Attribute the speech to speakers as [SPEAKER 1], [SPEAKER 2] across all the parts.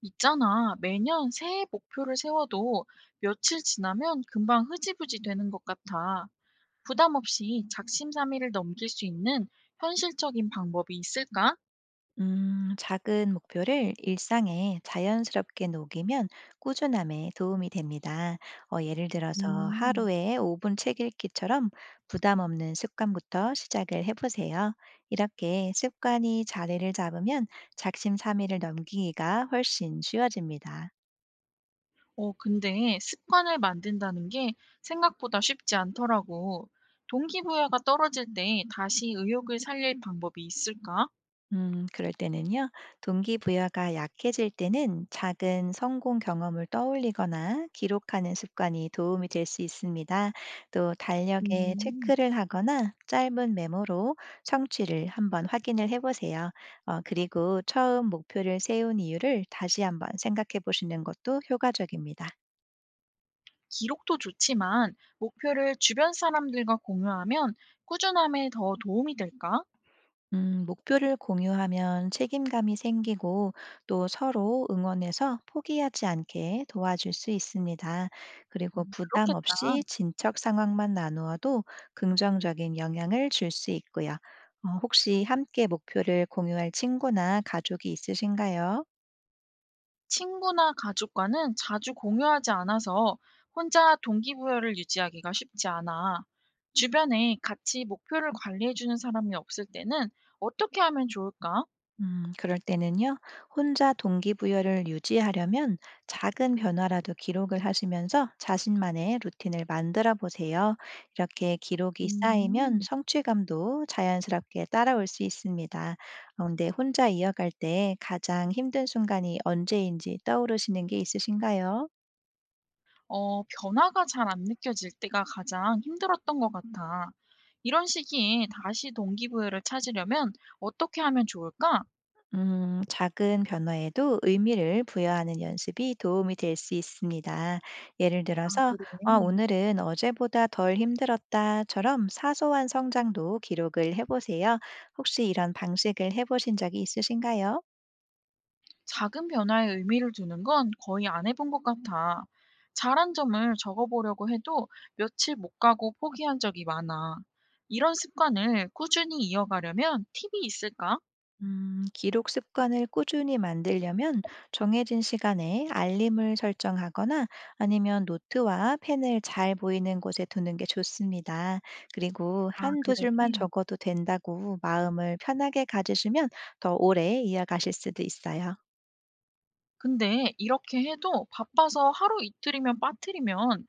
[SPEAKER 1] 있잖아, 매년 새해 목표를 세워도 며칠 지나면 금방 흐지부지 되는 것 같아. 부담 없이 작심삼일을 넘길 수 있는 현실적인 방법이 있을까?
[SPEAKER 2] 작은 목표를 일상에 자연스럽게 녹이면 꾸준함에 도움이 됩니다. 예를 들어서
[SPEAKER 1] 음,
[SPEAKER 2] 하루에 5분 책 읽기처럼 부담 없는 습관부터 시작을 해보세요. 이렇게 습관이 자리를 잡으면 작심삼일을 넘기기가 훨씬 쉬워집니다.
[SPEAKER 1] 근데 습관을 만든다는 게 생각보다 쉽지 않더라고. 동기부여가 떨어질 때 다시 의욕을 살릴 방법이 있을까?
[SPEAKER 2] 그럴 때는요, 동기부여가 약해질 때는 작은 성공 경험을 떠올리거나 기록하는 습관이 도움이 될 수 있습니다. 또 달력에
[SPEAKER 1] 음.
[SPEAKER 2] 체크를 하거나 짧은 메모로 성취를 한번 확인을 해보세요. 그리고 처음 목표를 세운 이유를 다시 한번 생각해 보시는 것도 효과적입니다.
[SPEAKER 1] 기록도 좋지만 목표를 주변 사람들과 공유하면 꾸준함에 더 도움이 될까?
[SPEAKER 2] 목표를 공유하면 책임감이 생기고 또 서로 응원해서 포기하지 않게 도와줄 수 있습니다. 그리고 부담
[SPEAKER 1] 그렇겠다.
[SPEAKER 2] 없이 진척 상황만 나누어도 긍정적인 영향을 줄 수 있고요. 혹시 함께 목표를 공유할 친구나 가족이 있으신가요?
[SPEAKER 1] 친구나 가족과는 자주 공유하지 않아서 혼자 동기부여를 유지하기가 쉽지 않아. 주변에 같이 목표를 관리해주는 사람이 없을 때는 어떻게 하면 좋을까?
[SPEAKER 2] 그럴 때는요, 혼자 동기부여를 유지하려면 작은 변화라도 기록을 하시면서 자신만의 루틴을 만들어 보세요. 이렇게 기록이 쌓이면
[SPEAKER 1] 음,
[SPEAKER 2] 성취감도 자연스럽게 따라올 수 있습니다. 근데 혼자 이어갈 때 가장 힘든 순간이 언제인지 떠오르시는 게 있으신가요?
[SPEAKER 1] 변화가 잘 안 느껴질 때가 가장 힘들었던 것 같아. 이런 시기에 다시 동기부여를 찾으려면 어떻게 하면 좋을까?
[SPEAKER 2] 작은 변화에도 의미를 부여하는 연습이 도움이 될 수 있습니다. 예를
[SPEAKER 1] 아,
[SPEAKER 2] 들어서,
[SPEAKER 1] 그래.
[SPEAKER 2] "아, 오늘은 어제보다 덜 힘들었다처럼 사소한 성장도 기록을 해보세요. 혹시 이런 방식을 해보신 적이 있으신가요?
[SPEAKER 1] 작은 변화에 의미를 두는 건 거의 안 해본 것 같아. 잘한 점을 적어보려고 해도 며칠 못 가고 포기한 적이 많아. 이런 습관을 꾸준히 이어가려면 팁이 있을까?
[SPEAKER 2] 기록 습관을 꾸준히 만들려면 정해진 시간에 알림을 설정하거나 아니면 노트와 펜을 잘 보이는 곳에 두는 게 좋습니다. 그리고
[SPEAKER 1] 아,
[SPEAKER 2] 한두
[SPEAKER 1] 그래.
[SPEAKER 2] 줄만 적어도 된다고 마음을 편하게 가지시면 더 오래 이어가실 수도 있어요.
[SPEAKER 1] 근데 이렇게 해도 바빠서 하루 이틀이면 빠뜨리면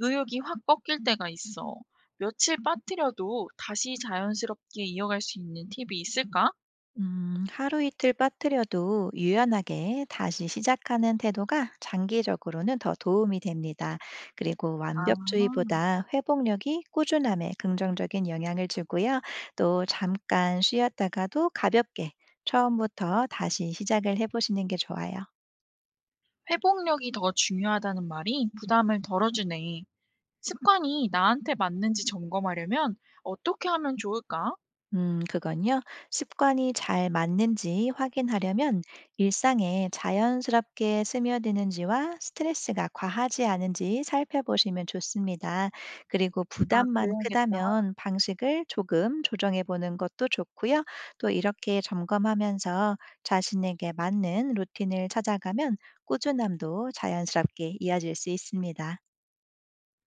[SPEAKER 1] 의욕이 확 꺾일 때가 있어. 며칠 빠뜨려도 다시 자연스럽게 이어갈 수 있는 팁이 있을까?
[SPEAKER 2] 하루 이틀 빠뜨려도 유연하게 다시 시작하는 태도가 장기적으로는 더 도움이 됩니다. 그리고
[SPEAKER 1] 아,
[SPEAKER 2] 완벽주의보다 회복력이 꾸준함에 긍정적인 영향을 주고요. 또 잠깐 쉬었다가도 가볍게 처음부터 다시 시작을 해보시는 게 좋아요.
[SPEAKER 1] 회복력이 더 중요하다는 말이 부담을 덜어주네. 습관이 나한테 맞는지 점검하려면 어떻게 하면 좋을까?
[SPEAKER 2] 그건요. 습관이 잘 맞는지 확인하려면 일상에 자연스럽게 스며드는지와 스트레스가 과하지 않은지 살펴보시면 좋습니다. 그리고
[SPEAKER 1] 아,
[SPEAKER 2] 부담만
[SPEAKER 1] 그래야겠다.
[SPEAKER 2] 크다면 방식을 조금 조정해 보는 것도 좋고요. 또 이렇게 점검하면서 자신에게 맞는 루틴을 찾아가면 꾸준함도 자연스럽게 이어질 수 있습니다.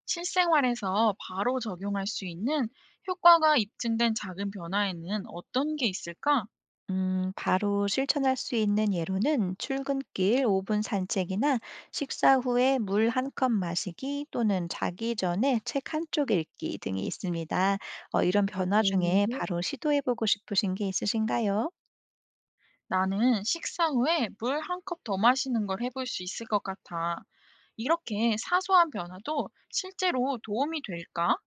[SPEAKER 1] 실생활에서 바로 적용할 수 있는 효과가 입증된 작은 변화에는 어떤 게 있을까?
[SPEAKER 2] 바로 실천할 수 있는 예로는 출근길 5분 산책이나 식사 후에 물 한 컵 마시기 또는 자기 전에 책 한쪽 읽기 등이 있습니다. 이런 변화
[SPEAKER 1] 음,
[SPEAKER 2] 중에 바로 시도해보고 싶으신 게 있으신가요?
[SPEAKER 1] 나는 식사 후에 물 한 컵 더 마시는 걸 해볼 수 있을 것 같아. 이렇게 사소한 변화도 실제로 도움이 될까?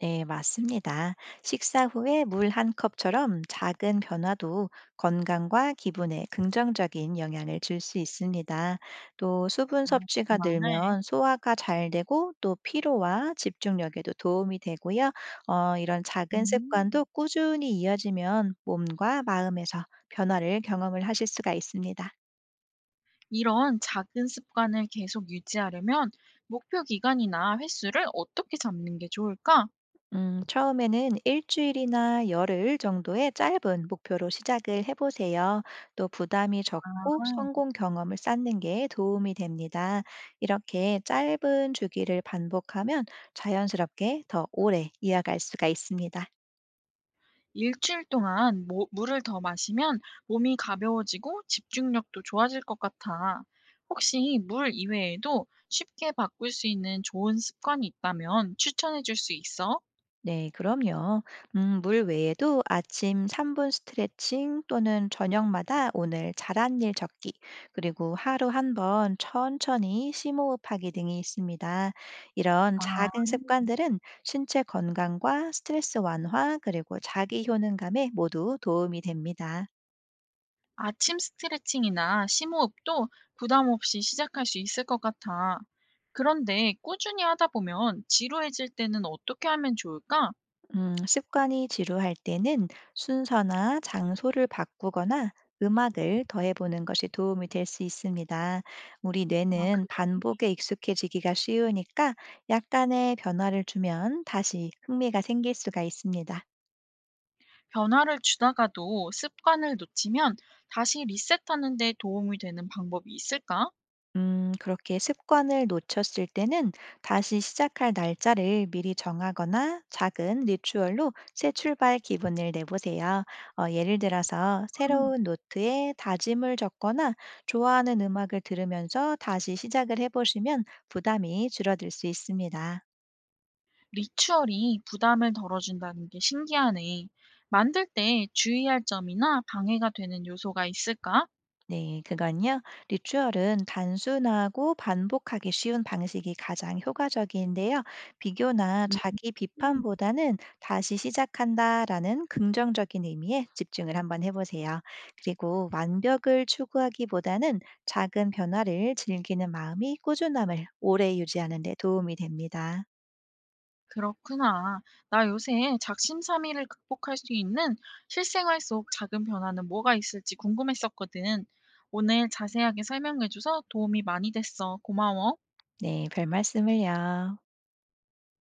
[SPEAKER 2] 네, 맞습니다. 식사 후에 물 한 컵처럼 작은 변화도 건강과 기분에 긍정적인 영향을 줄 수 있습니다. 또 수분
[SPEAKER 1] 아,
[SPEAKER 2] 섭취가
[SPEAKER 1] 정말.
[SPEAKER 2] 늘면 소화가 잘 되고 또 피로와 집중력에도 도움이 되고요. 이런 작은 습관도
[SPEAKER 1] 음.
[SPEAKER 2] 꾸준히 이어지면 몸과 마음에서 변화를 경험을 하실 수가 있습니다.
[SPEAKER 1] 이런 작은 습관을 계속 유지하려면 목표 기간이나 횟수를 어떻게 잡는 게 좋을까?
[SPEAKER 2] 처음에는 일주일이나 열흘 정도의 짧은 목표로 시작을 해보세요. 또 부담이 적고
[SPEAKER 1] 아,
[SPEAKER 2] 성공 경험을 쌓는 게 도움이 됩니다. 이렇게 짧은 주기를 반복하면 자연스럽게 더 오래 이어갈 수가 있습니다.
[SPEAKER 1] 일주일 동안 물을 더 마시면 몸이 가벼워지고 집중력도 좋아질 것 같아. 혹시 물 이외에도 쉽게 바꿀 수 있는 좋은 습관이 있다면 추천해 줄 수 있어?
[SPEAKER 2] 네, 그럼요. 물 외에도 아침 3분 스트레칭 또는 저녁마다 오늘 잘한 일 적기, 그리고 하루 한 번 천천히 심호흡하기 등이 있습니다. 이런
[SPEAKER 1] 아,
[SPEAKER 2] 작은 습관들은 신체 건강과 스트레스 완화, 그리고 자기 효능감에 모두 도움이 됩니다.
[SPEAKER 1] 아침 스트레칭이나 심호흡도 부담 없이 시작할 수 있을 것 같아. 그런데 꾸준히 하다 보면 지루해질 때는 어떻게 하면 좋을까?
[SPEAKER 2] 습관이 지루할 때는 순서나 장소를 바꾸거나 음악을 더해보는 것이 도움이 될 수 있습니다. 우리
[SPEAKER 1] 아,
[SPEAKER 2] 뇌는
[SPEAKER 1] 그래.
[SPEAKER 2] 반복에 익숙해지기가 쉬우니까 약간의 변화를 주면 다시 흥미가 생길 수가 있습니다.
[SPEAKER 1] 변화를 주다가도 습관을 놓치면 다시 리셋하는 데 도움이 되는 방법이 있을까?
[SPEAKER 2] 그렇게 습관을 놓쳤을 때는 다시 시작할 날짜를 미리 정하거나 작은 리추얼로 새 출발 기분을 내보세요. 예를 들어서
[SPEAKER 1] 음,
[SPEAKER 2] 새로운 노트에 다짐을 적거나 좋아하는 음악을 들으면서 다시 시작을 해보시면 부담이 줄어들 수 있습니다.
[SPEAKER 1] 리추얼이 부담을 덜어준다는 게 신기하네. 만들 때 주의할 점이나 방해가 되는 요소가 있을까?
[SPEAKER 2] 네, 그건요. 리추얼은 단순하고 반복하기 쉬운 방식이 가장 효과적인데요. 비교나 자기
[SPEAKER 1] 음.
[SPEAKER 2] 비판보다는 다시 시작한다라는 긍정적인 의미에 집중을 한번 해보세요. 그리고 완벽을 추구하기보다는 작은 변화를 즐기는 마음이 꾸준함을 오래 유지하는 데 도움이 됩니다.
[SPEAKER 1] 그렇구나. 나 요새 작심삼일을 극복할 수 있는 실생활 속 작은 변화는 뭐가 있을지 궁금했었거든. 오늘 자세하게 설명해줘서 도움이 많이 됐어. 고마워.
[SPEAKER 2] 네, 별 말씀을요.